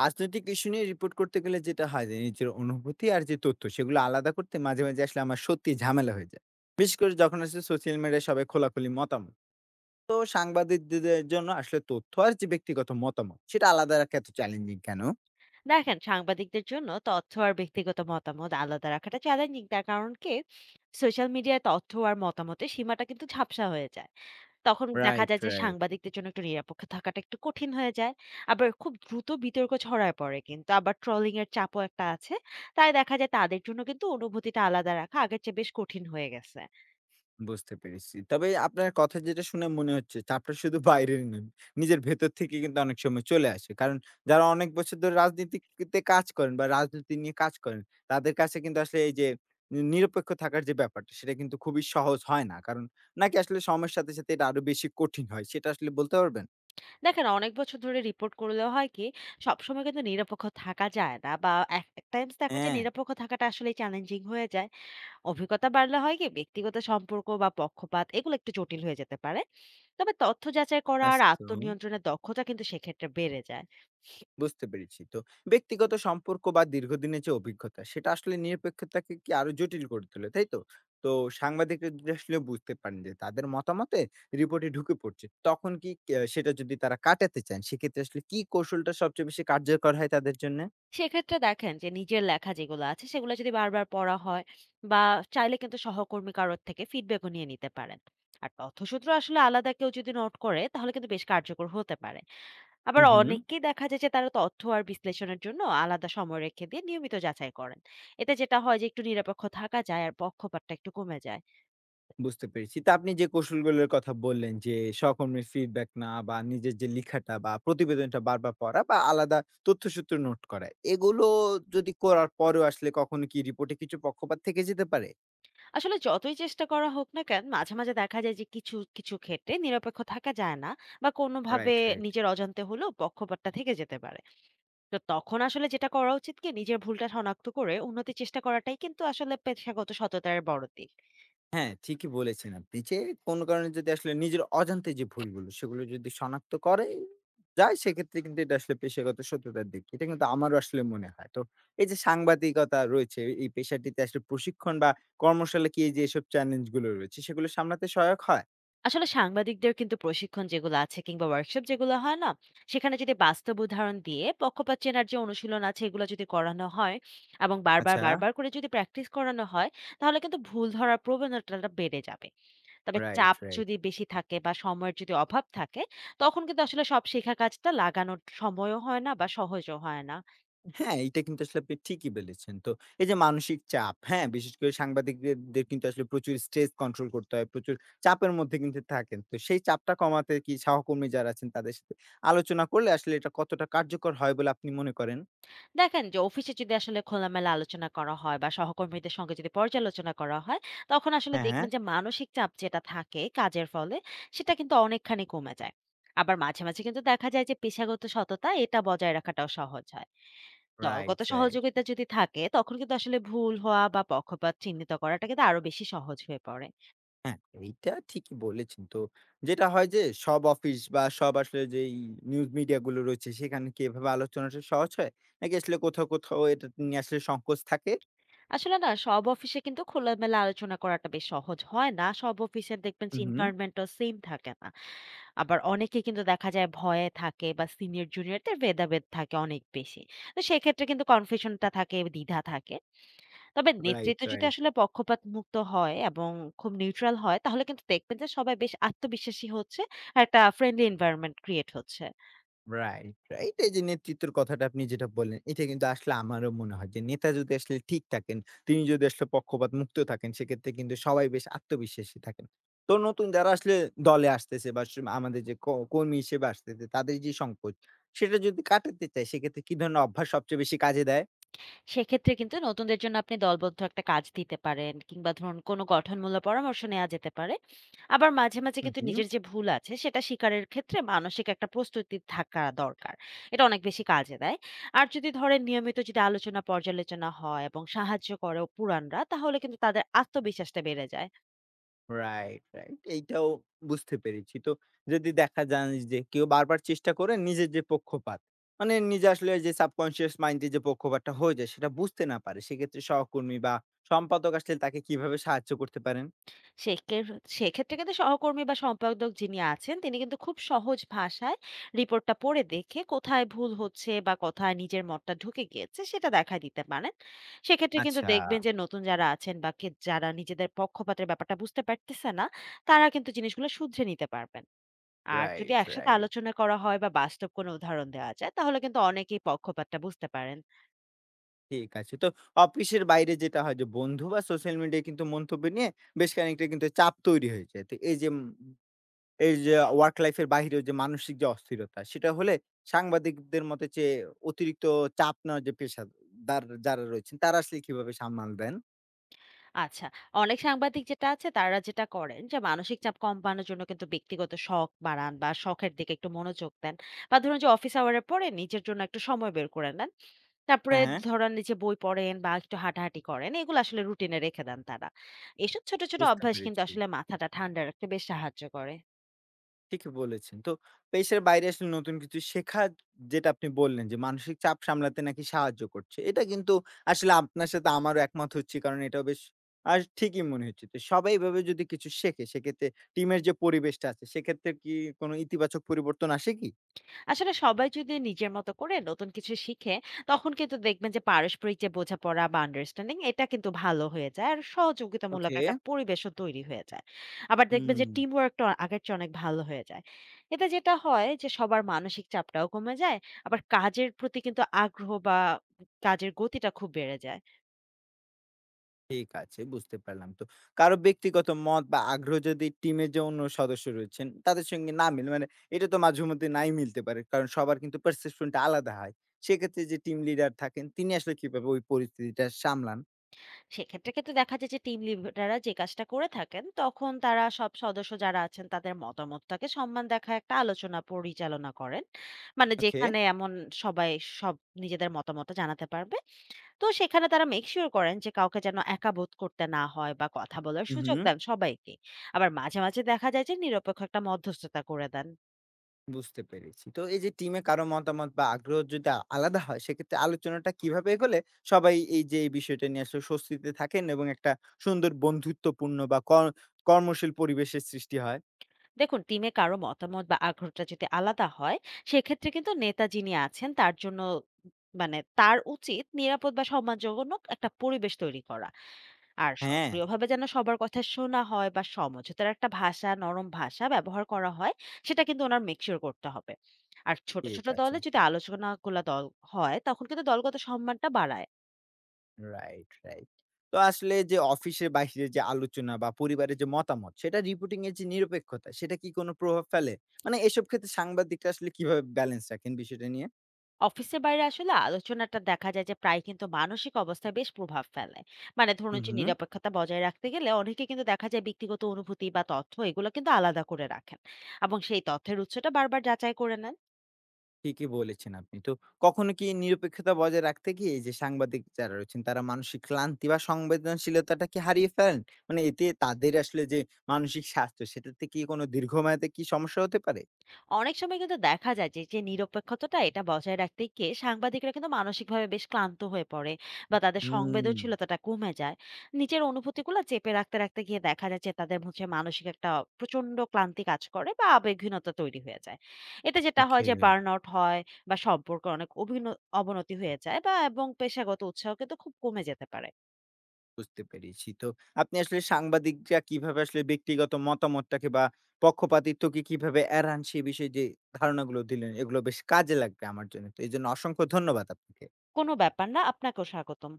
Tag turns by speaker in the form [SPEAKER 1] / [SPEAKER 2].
[SPEAKER 1] রাজনৈতিক ইস্যু নিয়ে রিপোর্ট করতে গেলে যেটা হয় যে নিজের অনুভূতি আর যে তথ্য সেগুলো আলাদা করতে মাঝে মাঝে আসলে আমার সত্যি ঝামেলা হয়ে যায়। বিশেষ করে যখন আসলে সোশ্যাল মিডিয়ায় সবাই খোলাখুলি মতামত। তো সাংবাদিকদের জন্য আসলে তথ্য আর যে ব্যক্তিগত মতামত সেটা আলাদা রাখা এত চ্যালেঞ্জিং কেন?
[SPEAKER 2] দেখেন, সাংবাদিকদের জন্য তথ্য আর ব্যক্তিগত মতামত আলাদা রাখাটা চ্যালেঞ্জিং তার কারণ কি, সোশ্যাল মিডিয়ায় তথ্য আর মতামতের সীমাটা কিন্তু ঝাপসা হয়ে যায়। তখন দেখা
[SPEAKER 1] রাইট
[SPEAKER 2] যায় যে
[SPEAKER 1] রাইট
[SPEAKER 2] সাংবাদিকদের জন্য একটু নিরপেক্ষ থাকাটা একটু কঠিন হয়ে যায়। আবার খুব দ্রুত বিতর্ক ছড়ায় পড়ে, কিন্তু আবার ট্রলিং এর চাপও একটা আছে। তাই দেখা যায় তাদের জন্য কিন্তু অনুভূতিটা আলাদা রাখা আগের চেয়ে বেশ কঠিন হয়ে গেছে।
[SPEAKER 1] বুঝতে পেরেছি। তবে আপনার কথা যেটা শুনে মনে হচ্ছে চাপটা শুধু বাইরের নয়, নিজের ভেতর থেকে কিন্তু অনেক সময় চলে আসে। কারণ যারা অনেক বছর ধরে রাজনীতিতে কাজ করেন বা রাজনীতি নিয়ে কাজ করেন, তাদের কাছে কিন্তু আসলে এই যে নিরপেক্ষ থাকার যে ব্যাপারটা সেটা কিন্তু খুবই সহজ হয় না। কারণ নাকি আসলে সময়ের সাথে সাথে এটা আরো বেশি কঠিন হয়। সেটা আসলে বলতে পারবেন?
[SPEAKER 2] দেখেন, অনেক বছর ধরে রিপোর্ট করলেও হয় কি, সবসময় কিন্তু নিরপেক্ষ থাকা যায় না, বা এক টাইমস দেখা যায়
[SPEAKER 1] হ্যাঁ,
[SPEAKER 2] নিরপেক্ষ থাকাটা আসলে চ্যালেঞ্জিং হয়ে যায়। অভিজ্ঞতা বাড়লে হয় কি, ব্যক্তিগত সম্পর্ক বা পক্ষপাত এগুলো একটু জটিল হয়ে যেতে পারে। তবে তথ্য যাচাই করা আর
[SPEAKER 1] আসতো।
[SPEAKER 2] আত্মনিয়ন্ত্রণের দক্ষতা কিন্তু সেক্ষেত্রে বেড়ে যায়।
[SPEAKER 1] বুঝতে পেরেছি। তো ব্যক্তিগত সম্পর্ক বা দীর্ঘদিনের যে অভিজ্ঞতা সেটা আসলে নিরপেক্ষতাকে কি আরো জটিল করে তোলে, তাই তো? তো সাংবাদিকরা যদি আসলে বুঝতে পারেন যে তাদের মতামতে রিপোর্টে ঢুকে পড়ছে, তখন কি সেটা যদি তারা কাটাতে চান সেক্ষেত্রে আসলে কি কৌশলটা সবচেয়ে বেশি কার্যকর হয় তাদের জন্যে?
[SPEAKER 2] সেক্ষেত্রে দেখেন, যে নিজের লেখা যেগুলো আছে সেগুলো যদি বারবার পড়া হয়, বা চাইলে কিন্তু সহকর্মী কারোর থেকে ফিডব্যাকও নিয়ে নিতে পারেন। আর তথ্যসূত্র আসলে আলাদা কেউ যদি নোট করে, তাহলে কিন্তু বেশ কার্যকর হতে পারে। আবার
[SPEAKER 1] হু।
[SPEAKER 2] অনেকেই দেখা যায় যে তারা তথ্য আর বিশ্লেষণের জন্য আলাদা সময় রেখে দিয়ে নিয়মিত যাচাই করেন। এতে যেটা হয় যে একটু নিরপেক্ষ থাকা যায় আর পক্ষপাতটা একটু কমে যায়।
[SPEAKER 1] বুঝতে পেরেছি। তা আপনি যে কৌশলগুলোর কথা বললেন যে, সহকর্মীর ফিডব্যাক না বা নিজের যে লিখাটা বা প্রতিবেদনটা বারবার পড়া বা আলাদা তথ্যসূত্র নোট করা। এগুলো যদি করার পরেও আসলে কখনো কি রিপোর্টে কিছু পক্ষপাত থেকে যেতে পারে?
[SPEAKER 2] আসলে যতই চেষ্টা করা হোক না কেন, মাঝে মাঝে দেখা যায় যে কিছু কিছু ক্ষেত্রে নিরপেক্ষ থাকা যায় না, বা কোনোভাবে
[SPEAKER 1] রাইট।
[SPEAKER 2] নিজের অজান্তে হলেও পক্ষপাতটা থেকে যেতে পারে। তো তখন আসলে যেটা করা উচিত কি, নিজের ভুলটা শনাক্ত করে উন্নতির চেষ্টা করাটাই কিন্তু আসলে পেশাগত সততার বড় দিক।
[SPEAKER 1] হ্যাঁ, ঠিকই বলেছেন আপনি যে কোনো কারণে যদি আসলে নিজের অজান্তে যে ভুলগুলো সেগুলো যদি শনাক্ত করে যায় সেক্ষেত্রে কিন্তু এটা আসলে পেশাগত সত্যতার দিক। এটা কিন্তু আমারও আসলে মনে হয়। তো এই যে সাংবাদিকতা রয়েছে এই পেশাটিতে আসলে প্রশিক্ষণ বা কর্মশালা কি এই যে এসব চ্যালেঞ্জ গুলো রয়েছে সেগুলো সামলাতে সহায়ক হয়?
[SPEAKER 2] আসলে সাংবাদিকদের কিন্তু প্রশিক্ষণ যেগুলো আছে কিংবা ওয়ার্কশপ যেগুলো হয় না, সেখানে যদি বাস্তব উদাহরণ দিয়ে পক্ষপাত চেনার যে অনুশীলন আছে এগুলো যদি করানো হয় এবং বারবার
[SPEAKER 1] আচ্ছা,
[SPEAKER 2] বারবার করে যদি প্র্যাকটিস করানো হয়, তাহলে কিন্তু ভুল ধরার প্রবণতাটা বেড়ে যাবে। তবে
[SPEAKER 1] রাইট,
[SPEAKER 2] চাপ
[SPEAKER 1] রাইট।
[SPEAKER 2] যদি বেশি থাকে বা সময়ের যদি অভাব থাকে, তখন কিন্তু আসলে সব শেখা কাজটা লাগানোর সময়ও হয় না বা সহজও হয় না।
[SPEAKER 1] হ্যাঁ, এইটা কিন্তু আসলে আপনি ঠিকই বলেছেন। তো এই যে মানসিক চাপ, হ্যাঁ? বিশেষ করে সাংবাদিকদের কিন্তু আসলে প্রচুর স্ট্রেস কন্ট্রোল করতে হয়। প্রচুর চাপের মধ্যে কিন্তু থাকেন। তো সেই চাপটা কমাতে কি সহকর্মী যারা আছেন তাদের সাথে আলোচনা করলে আসলে এটা কতটা কার্যকর হয় বলে আপনি মনে করেন?
[SPEAKER 2] দেখেন, যে অফিসে যদি আসলে খোলামেলা আলোচনা করা হয় বা সহকর্মীদের সঙ্গে যদি পর্যালোচনা করা হয়, তখন আসলে
[SPEAKER 1] হ্যাঁ।
[SPEAKER 2] দেখবেন যে মানসিক চাপ যেটা থাকে কাজের ফলে, সেটা কিন্তু অনেকখানি কমে যায়। আবার মাঝে, মাঝে কিন্তু দেখা যায় যে পেশাগত সততা এটা বজায় রাখাটাও সহজ হয়। দলগত
[SPEAKER 1] রাইট।
[SPEAKER 2] সহযোগিতা যদি থাকে, তখন কিন্তু আসলে ভুল হওয়া বা পক্ষপাত চিহ্নিত করাটা কিন্তু আরো বেশি সহজ হয়ে পড়ে।
[SPEAKER 1] হ্যাঁ, এইটা ঠিকই বলেছেন। তো যেটা হয় যে সব অফিস বা সব আসলে যেই নিউজ মিডিয়া গুলো রয়েছে সেখানে কি এভাবে আলোচনাটা সহজ হয়? নাকি আসলে কোথাও কোথাও এটা নিয়ে আসলে সংকোচ থাকে?
[SPEAKER 2] আসলে না, সব অফিসে কিন্তু খোলামেলা আলোচনা করাটা বেশ সহজ হয় না। সব অফিসে দেখবেন যে
[SPEAKER 1] হুম।
[SPEAKER 2] এনভায়রনমেন্টটা সেম থাকে না। আবার অনেকে কিন্তু দেখা যায় ভয়ে থাকে বা সিনিয়র জুনিয়রদের ভেদাভেদ থাকে অনেক বেশি। তো সেক্ষেত্রে কিন্তু কনফিউশনটা থাকে, দ্বিধা থাকে। তবে
[SPEAKER 1] রাইট,
[SPEAKER 2] নেতৃত্ব যদি
[SPEAKER 1] রাইট।
[SPEAKER 2] আসলে পক্ষপাত মুক্ত হয় এবং খুব নিউট্রাল হয়, তাহলে কিন্তু দেখবেন যে সবাই বেশ আত্মবিশ্বাসী হচ্ছে আর একটা ফ্রেন্ডলি এনভায়রনমেন্ট ক্রিয়েট হচ্ছে।
[SPEAKER 1] Right, right. এই যে নেতৃত্বের কথাটা আপনি যেটা বললেন, এটা কিন্তু আসলে আমারও মনে হয় যে নেতা যদি আসলে ঠিক থাকেন, তিনি যদি আসলে পক্ষপাত মুক্ত থাকেন, সেক্ষেত্রে কিন্তু সবাই বেশ আত্মবিশ্বাসী থাকেন। তো নতুন যারা আসলে দলে আসতেছে বা আমাদের যে কর্মী হিসেবে আসতেছে, তাদের যে সংকোচ, সেটা যদি কাটাতে চায়, সেক্ষেত্রে কি ধরনের অভ্যাস সবচেয়ে বেশি কাজে দেয়?
[SPEAKER 2] সেক্ষেত্রে কিন্তু নতুনদের জন্য আপনি দলবদ্ধ একটা কাজ দিতে পারেন, কিংবা ধরুন কোনো গঠনমূলক পরামর্শ নেওয়া যেতে পারে। আবার মাঝে মাঝে
[SPEAKER 1] হু,
[SPEAKER 2] কিন্তু
[SPEAKER 1] হু।
[SPEAKER 2] নিজের যে ভুল আছে সেটা স্বীকারের ক্ষেত্রে মানসিক একটা প্রস্তুতি থাকা দরকার। এটা অনেক বেশি কাজে দেয়। আর যদি ধরেন নিয়মিত যদি আলোচনা পর্যালোচনা হয় এবং সাহায্য করে পুরাণরা, তাহলে কিন্তু তাদের আত্মবিশ্বাসটা বেড়ে যায়।
[SPEAKER 1] রাইট। এইটাও বুঝতে পেরেছি। তো যদি দেখা যান যে কেউ বারবার চেষ্টা করে নিজের যে পক্ষপাত, মানে নিজে আসলে যে সাবকন্সিয়াস মাইন্ড এ যে পক্ষপাতটা হয়ে যায় সেটা বুঝতে না পারে। সেক্ষেত্রে সহকর্মী বা সম্পাদক আসলে তাকে কিভাবে সাহায্য করতে পারেন?
[SPEAKER 2] সেকের সেক্ষেত্রে কিন্তু সহকর্মী বা সম্পাদক যিনি আছেন তিনি কিন্তু খুব সহজ ভাষায় রিপোর্টটা পড়ে দেখে কোথায় ভুল হচ্ছে বা কোথায় নিজের মতটা ঢুকে গিয়েছে সেটা দেখা দিতে পারেন। সেক্ষেত্রে কিন্তু
[SPEAKER 1] আচ্ছা,
[SPEAKER 2] দেখবেন যে নতুন যারা আছেন বা যারা নিজেদের পক্ষপাতের ব্যাপারটা বুঝতে পারতেছে না, তারা কিন্তু জিনিসগুলো শুধরে নিতে পারবেন। আর যদি
[SPEAKER 1] রাইট,
[SPEAKER 2] একসাথে
[SPEAKER 1] রাইট।
[SPEAKER 2] আলোচনা করা হয় বা বাস্তব কোনো উদাহরণ দেওয়া যায়, তাহলে কিন্তু অনেকেই পক্ষপাতটা বুঝতে পারেন।
[SPEAKER 1] ঠিক আছে। তো অফিসের বাইরে যেটা হয় যে বন্ধু বা সোশ্যাল মিডিয়ায় কিন্তু মন্তব্য নিয়ে বেশ খানিকটা কিন্তু চাপ তৈরি হয়ে যায়। তো এই যে এই যে ওয়ার্ক লাইফ এর বাহিরেও যে মানসিক যে অস্থিরতা, সেটা হলে সাংবাদিকদের মতে যে অতিরিক্ত চাপ নেওয়ার যে পেশাদার যারা রয়েছেন, তারা আসলে কিভাবে সামাল দেন?
[SPEAKER 2] আচ্ছা। অনেক সাংবাদিক যেটা আছে তারা যেটা করেন যে মানসিক চাপ কম বাড়ানোর জন্য কিন্তু ব্যক্তিগত শখ বাড়ান বা শখের দিকে একটু মনোযোগ দেন। বা ধরুন যে অফিস আওয়ার এর পরে নিজের জন্য একটু সময় বের করে নেন। তারপরে
[SPEAKER 1] হ্যাঁ।
[SPEAKER 2] ধরেন যে বই পড়েন বা একটু হাঁটাহাঁটি করেন। এগুলো আসলে রুটিন এ রেখে দেন তারা। এসব ছোট, ছোট
[SPEAKER 1] বুঝতে
[SPEAKER 2] অভ্যাস কিন্তু
[SPEAKER 1] পেরেছি।
[SPEAKER 2] আসলে মাথাটা ঠান্ডা রাখতে বেশ সাহায্য করে।
[SPEAKER 1] ঠিকই বলেছেন। তো পেশার বাইরে আসলে নতুন কিছু শেখা যেটা আপনি বললেন যে মানসিক চাপ সামলাতে নাকি সাহায্য করছে। এটা কিন্তু আসলে আপনার সাথে আমারও একমত হচ্ছি। কারণ এটাও বেশ আর ঠিকই মনে হচ্ছে। তো সবাই এভাবে যদি কিছু শেখে, সেক্ষেত্রে টিমের যে পরিবেশটা আছে, সেক্ষেত্রে কি কোনো ইতিবাচক পরিবর্তন আসে কি?
[SPEAKER 2] আসলে সবাই যদি নিজের মতো করে নতুন কিছু শিখে, তখন কিন্তু দেখবেন যে পারস্পরিক যে বোঝাপড়া বা আন্ডারস্ট্যান্ডিং এটা কিন্তু ভালো হয়ে যায় আর সহযোগিতামূলক
[SPEAKER 1] ওকে।
[SPEAKER 2] একটা পরিবেশও তৈরি হয়ে যায়। আবার দেখবেন
[SPEAKER 1] হুম।
[SPEAKER 2] যে টিম ওয়ার্কটা আগের চেয়ে অনেক ভালো হয়ে যায়। এতে যেটা হয় যে সবার মানসিক চাপটাও কমে যায়। আবার কাজের প্রতি কিন্তু আগ্রহ বা কাজের গতিটা খুব বেড়ে যায়।
[SPEAKER 1] ঠিক আছে, বুঝতে পারলাম তো। কারো ব্যক্তিগত মত বা আগ্রহ যদি টিমের যে অন্য সদস্য রয়েছেন তাদের সঙ্গে না মিলে মানে এটা তো মাঝেমধ্যে নাই মিলতে পারে। কারণ সবার কিন্তু perception টা আলাদা হয়। সেক্ষেত্রে যে টিম লিডার থাকেন তিনি আসলে কিভাবে ওই পরিস্থিতিটা সামলান?
[SPEAKER 2] সেক্ষেত্রে কিন্তু দেখা যায় যে টিম লিডাররা যে কাজটা করে থাকেন, তখন তারা সব সদস্য যারা আছেন তাদের মতামতটাকে সম্মান দেখায় একটা আলোচনা পরিচালনা করেন। মানে
[SPEAKER 1] ওকে।
[SPEAKER 2] যেখানে এমন সবাই সব নিজেদের মতামত জানাতে পারবে। তো সেখানে তারা মেক শিওর করেন যে কাউকে যেন একা বোধ করতে না হয় বা কথা বলার সুযোগ
[SPEAKER 1] উহু,
[SPEAKER 2] দেন সবাইকে। আবার মাঝে মাঝে দেখা যায় যে নিরপেক্ষ একটা মধ্যস্থতা করে দেন।
[SPEAKER 1] বুঝতে পেরেছি। তো এই যে টিমে কারো মতামত বা আগ্রহ যদি আলাদা হয় সেক্ষেত্রে আলোচনাটা কিভাবে এগোলে সবাই এই যে এই বিষয়টা নিয়ে আসলে স্বস্তিতে থাকেন এবং একটা সুন্দর বন্ধুত্বপূর্ণ বা কর্মশীল পরিবেশের সৃষ্টি হয়?
[SPEAKER 2] দেখুন, টিমে কারো মতামত বা আগ্রহটা যদি আলাদা হয়, সেক্ষেত্রে কিন্তু নেতা যিনি আছেন তার জন্য মানে তার উচিত নিরাপদ বা সম্মানজনক একটা পরিবেশ তৈরি করা। আর
[SPEAKER 1] হ্যাঁ,
[SPEAKER 2] সক্রিয়ভাবে যেন সবার কথা শোনা হয় বা সমঝোতার একটা ভাষা, নরম ভাষা ব্যবহার করা হয়, সেটা কিন্তু ওনার মেকশিওর করতে হবে। আর ছোট
[SPEAKER 1] ঠিক
[SPEAKER 2] ছোট দলে
[SPEAKER 1] আছে।
[SPEAKER 2] যদি আলোচনাগুলো হয়, তখন কিন্তু দলগত সম্মানটা বাড়ায়।
[SPEAKER 1] রাইট। তো আসলে যে অফিসের বাইরে যে আলোচনা বা পরিবারের যে মতামত সেটা রিপোর্টিং এর যে নিরপেক্ষতা সেটা কি কোনো প্রভাব ফেলে? মানে এসব ক্ষেত্রে সাংবাদিকরা আসলে কিভাবে ব্যালেন্স রাখেন বিষয়টা নিয়ে?
[SPEAKER 2] অফিসের বাইরে আসলে আলোচনাটা দেখা যায় যে প্রায় কিন্তু মানসিক অবস্থায় বেশ প্রভাব ফেলে। মানে
[SPEAKER 1] হু,
[SPEAKER 2] ধরুন যে
[SPEAKER 1] হুম।
[SPEAKER 2] নিরপেক্ষতা বজায় রাখতে গেলে অনেকে কিন্তু দেখা যায় ব্যক্তিগত অনুভূতি বা তথ্য এগুলো কিন্তু আলাদা করে রাখেন এবং সেই তথ্যের উৎসটা বারবার যাচাই করে নেন।
[SPEAKER 1] ঠিকই বলেছেন আপনি। তো কখনো কি নিরপেক্ষতা বজায় রাখতে গিয়ে এই যে সাংবাদিক যারা রয়েছেন তারা মানসিক ক্লান্তি বা সংবেদনশীলতাটা কি হারিয়ে ফেলেন? মানে এতে তাদের আসলে যে মানসিক স্বাস্থ্য সেটাতে কি কোনো দীর্ঘমেয়াদে কি সমস্যা হতে পারে?
[SPEAKER 2] অনেক সময় কিন্তু দেখা যায় যে যে নিরপেক্ষতাটা এটা বজায় রাখতে গিয়ে সাংবাদিকরা কিন্তু মানসিকভাবে বেশ ক্লান্ত হয়ে পড়ে বা তাদের
[SPEAKER 1] হুম,
[SPEAKER 2] সংবেদনশীলতাটা কমে যায়। নিজের অনুভূতিগুলো চেপে রাখতে রাখতে গিয়ে দেখা যাচ্ছে তাদের হচ্ছে মানসিক একটা প্রচন্ড ক্লান্তি কাজ করে বা আবেগহীনতা তৈরি হয়ে যায়। এটা যেটা হয়
[SPEAKER 1] ওকে।
[SPEAKER 2] যে বার্ন আউট হয় বা সম্পর্ক অনেক অবনতি হয়ে যায় বা এবং পেশাগত উৎসাহ কিন্তু খুব কমে যেতে পারে।
[SPEAKER 1] বুঝতে পেরেছি। তো আপনি আসলে সাংবাদিকরা কিভাবে আসলে ব্যক্তিগত মতামতটাকে বা পক্ষপাতিত্বকে কিভাবে এড়ান সে বিষয়ে যে ধারণাগুলো দিলেন এগুলো বেশ কাজে লাগবে আমার জন্য। তো এজন্য অসংখ্য ধন্যবাদ আপনাকে।
[SPEAKER 2] কোনো ব্যাপার না, আপনাকেও স্বাগতম।